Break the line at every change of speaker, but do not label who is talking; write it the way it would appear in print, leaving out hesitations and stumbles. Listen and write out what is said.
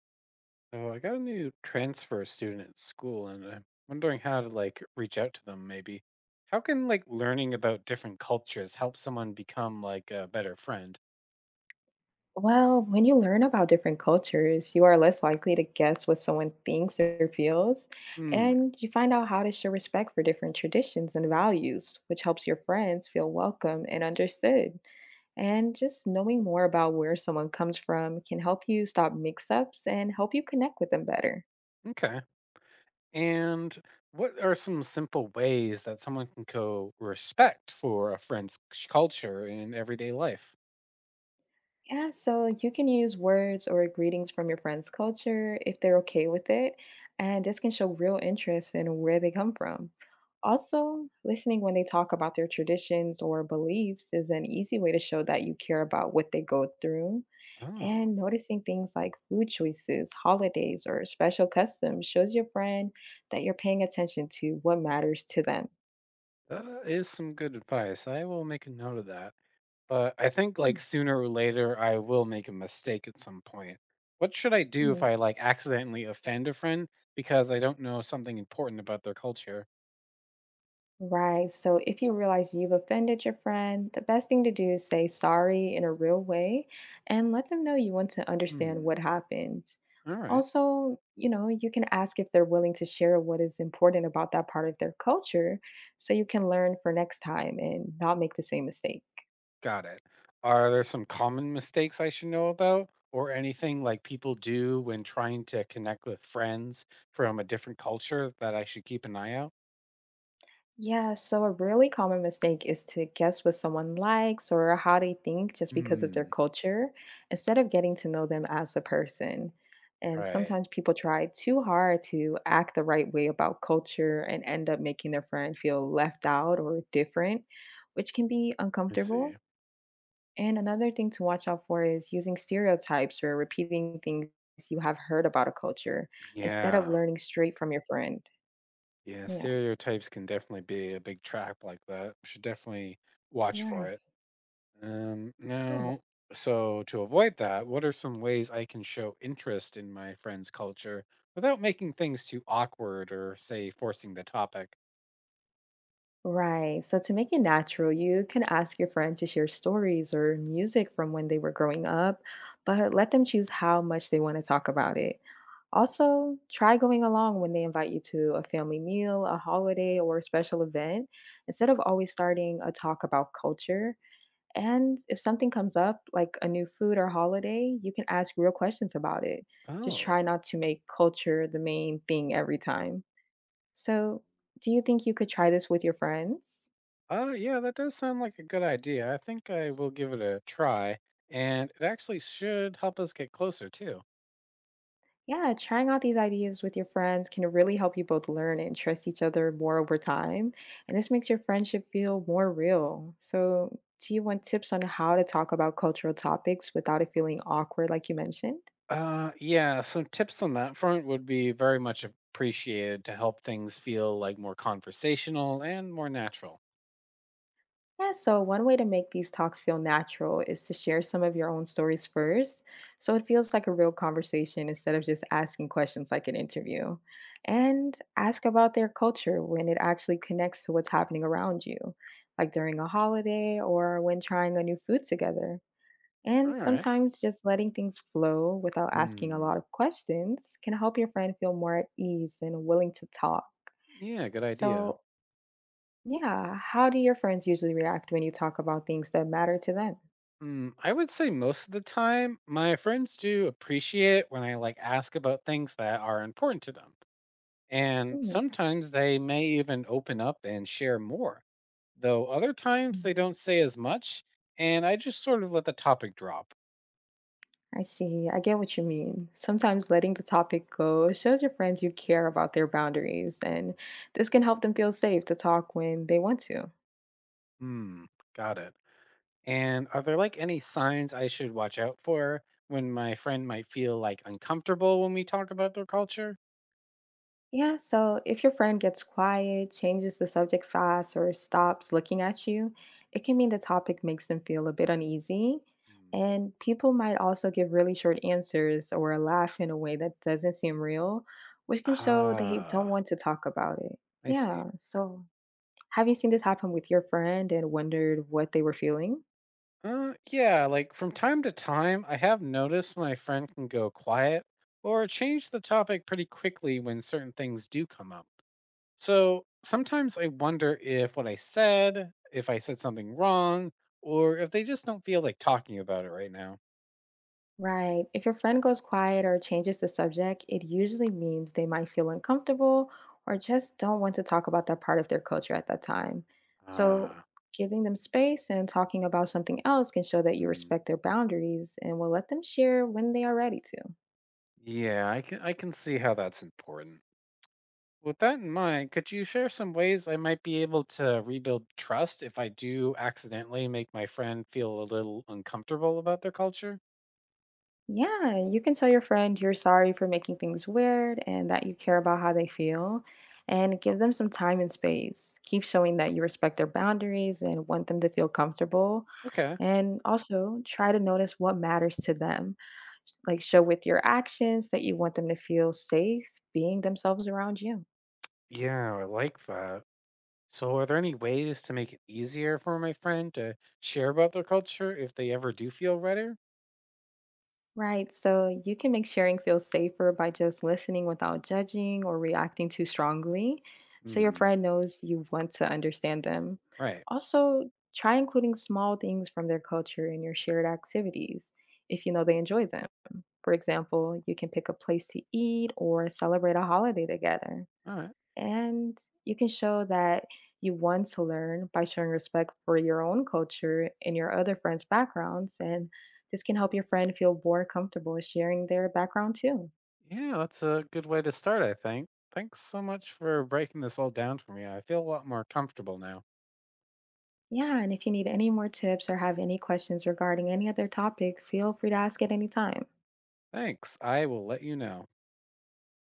So I got a new transfer student at school, and I'm wondering how to reach out to them. Maybe how can learning about different cultures help someone become a better friend?
Well, when you learn about different cultures, you are less likely to guess what someone thinks or feels,
Hmm.
and you find out how to show respect for different traditions and values, which helps your friends feel welcome and understood. And just knowing more about where someone comes from can help you stop mix ups and help you connect with them better.
Okay. And what are some simple ways that someone can go respect for a friend's culture in everyday life?
Yeah, so like, you can use words or greetings from your friend's culture if they're okay with it, and this can show real interest in where they come from. Also, listening when they talk about their traditions or beliefs is an easy way to show that you care about what they go through.
Oh,
And noticing things like food choices, holidays, or special customs shows your friend that you're paying attention to what matters to them.
that is some good advice. I will make a note of that. But I think,
Hmm.
like, sooner or later, I will make a mistake at some point. What should I do if I, like, accidentally offend a friend because I don't know something important about their culture?
Right. So if you realize you've offended your friend, the best thing to do is say sorry in a real way and let them know you want to understand
Hmm,
what happened.
alright,
Also, you know, you can ask if they're willing to share what is important about that part of their culture so you can learn for next time and not make the same mistake.
got it. Are there some common mistakes I should know about or anything, like, people do when trying to connect with friends from a different culture that I should keep an eye out?
Yeah, so a really common mistake is to guess what someone likes or how they think just because of their
Hmm,
culture instead of getting to know them as a person. And
right,
sometimes people try too hard to act the right way about culture and end up making their friend feel left out or different, which can be
I
uncomfortable.
see.
And another thing to watch out for is using stereotypes or repeating things you have heard about a culture instead of
Yeah,
learning straight from your friend.
yeah,
Yeah.
stereotypes can definitely be a big trap like that. Should definitely watch for
Right.
it.
Yeah.
Now, so to avoid that, what are some ways I can show interest in my friend's culture without making things too awkward or, say, forcing the topic?
Right. So to make it natural, you can ask your friend to share stories or music from when they were growing up, but let them choose how much they want to talk about it. Also, try going along when they invite you to a family meal, a holiday, or a special event instead of always starting a talk about culture. And if something comes up, like a new food or holiday, you can ask real questions about it. Just try
Oh,
not to make culture the main thing every time. So, do you think you could try this with your friends?
yeah, that does sound like a good idea. I think I will give it a try, and it actually should help us get closer too.
Yeah, trying out these ideas with your friends can really help you both learn and trust each other more over time. And this makes your friendship feel more real. So, do you want tips on how to talk about cultural topics without it feeling awkward, like you mentioned?
Yeah, some tips on that front would be very much appreciated to help things feel more conversational and more natural.
Yeah, so one way to make these talks feel natural is to share some of your own stories first. So it feels like a real conversation instead of just asking questions like an interview. And ask about their culture when it actually connects to what's happening around you, like during a holiday or when trying a new food together. And
All right.
sometimes just letting things flow without asking a
Hmm.
lot of questions can help your friend feel more at ease and willing to talk.
Yeah, good idea.
So, yeah. How do your friends usually react when you talk about things that matter to them?
Mm, I would say most of the time, my friends do appreciate it when I ask about things that are important to them. And
Mm.
sometimes they may even open up and share more, though other times they
Mhm.
don't say as much. And I just sort of let the topic drop.
I see. I get what you mean. Sometimes letting the topic go shows your friends you care about their boundaries, and this can help them feel safe to talk when they want to.
Hmm, got it. And are there any signs I should watch out for when my friend might feel uncomfortable when we talk about their culture?
Yeah, so if your friend gets quiet, changes the subject fast, or stops looking at you, it can mean the topic makes them feel a bit uneasy.
Hmm.
And people might also give really short answers or laugh in a way that doesn't seem real, which can show they don't
Ah,
want to talk about it.
I see.
Yeah, so have you seen this happen with your friend and wondered what they were feeling?
Yeah, like from time to time, I have noticed my friend can go quiet or change the topic pretty quickly when certain things do come up. So sometimes I wonder if what I said, if I said something wrong, or if they just don't feel like talking about it right now.
Right. If your friend goes quiet or changes the subject, it usually means they might feel uncomfortable or just don't want to talk about that part of their culture at that time. So,
Ah,
giving them space and talking about something else can show that you
hmm,
respect their boundaries and will let them share when they are ready to.
yeah, I can see how that's important. With that in mind, could you share some ways I might be able to rebuild trust if I do accidentally make my friend feel a little uncomfortable about their culture?
Yeah, you can tell your friend you're sorry for making things weird and that you care about how they feel, and give them some time and space. Keep showing that you respect their boundaries and want them to feel comfortable.
Okay.
And also try to notice what matters to them. Like, show with your actions that you want them to feel safe being themselves around you.
Yeah, I like that. So, are there any ways to make it easier for my friend to share about their culture if they ever do feel redder?
Right. So you can make sharing feel safer by just listening without judging or reacting too strongly. So your
Hmm.
friend knows you want to understand them.
Right.
Also, try including small things from their culture in your shared activities if you know they enjoy them. For example, you can pick a place to eat or celebrate a holiday together.
All right.
And you can show that you want to learn by showing respect for your own culture and your other friends' backgrounds. And this can help your friend feel more comfortable sharing their background too.
Yeah, that's a good way to start, I think. Thanks so much for breaking this all down for me. I feel a lot more comfortable now.
Yeah, and if you need any more tips or have any questions regarding any other topic, feel free to ask at any time.
Thanks. I will let you know.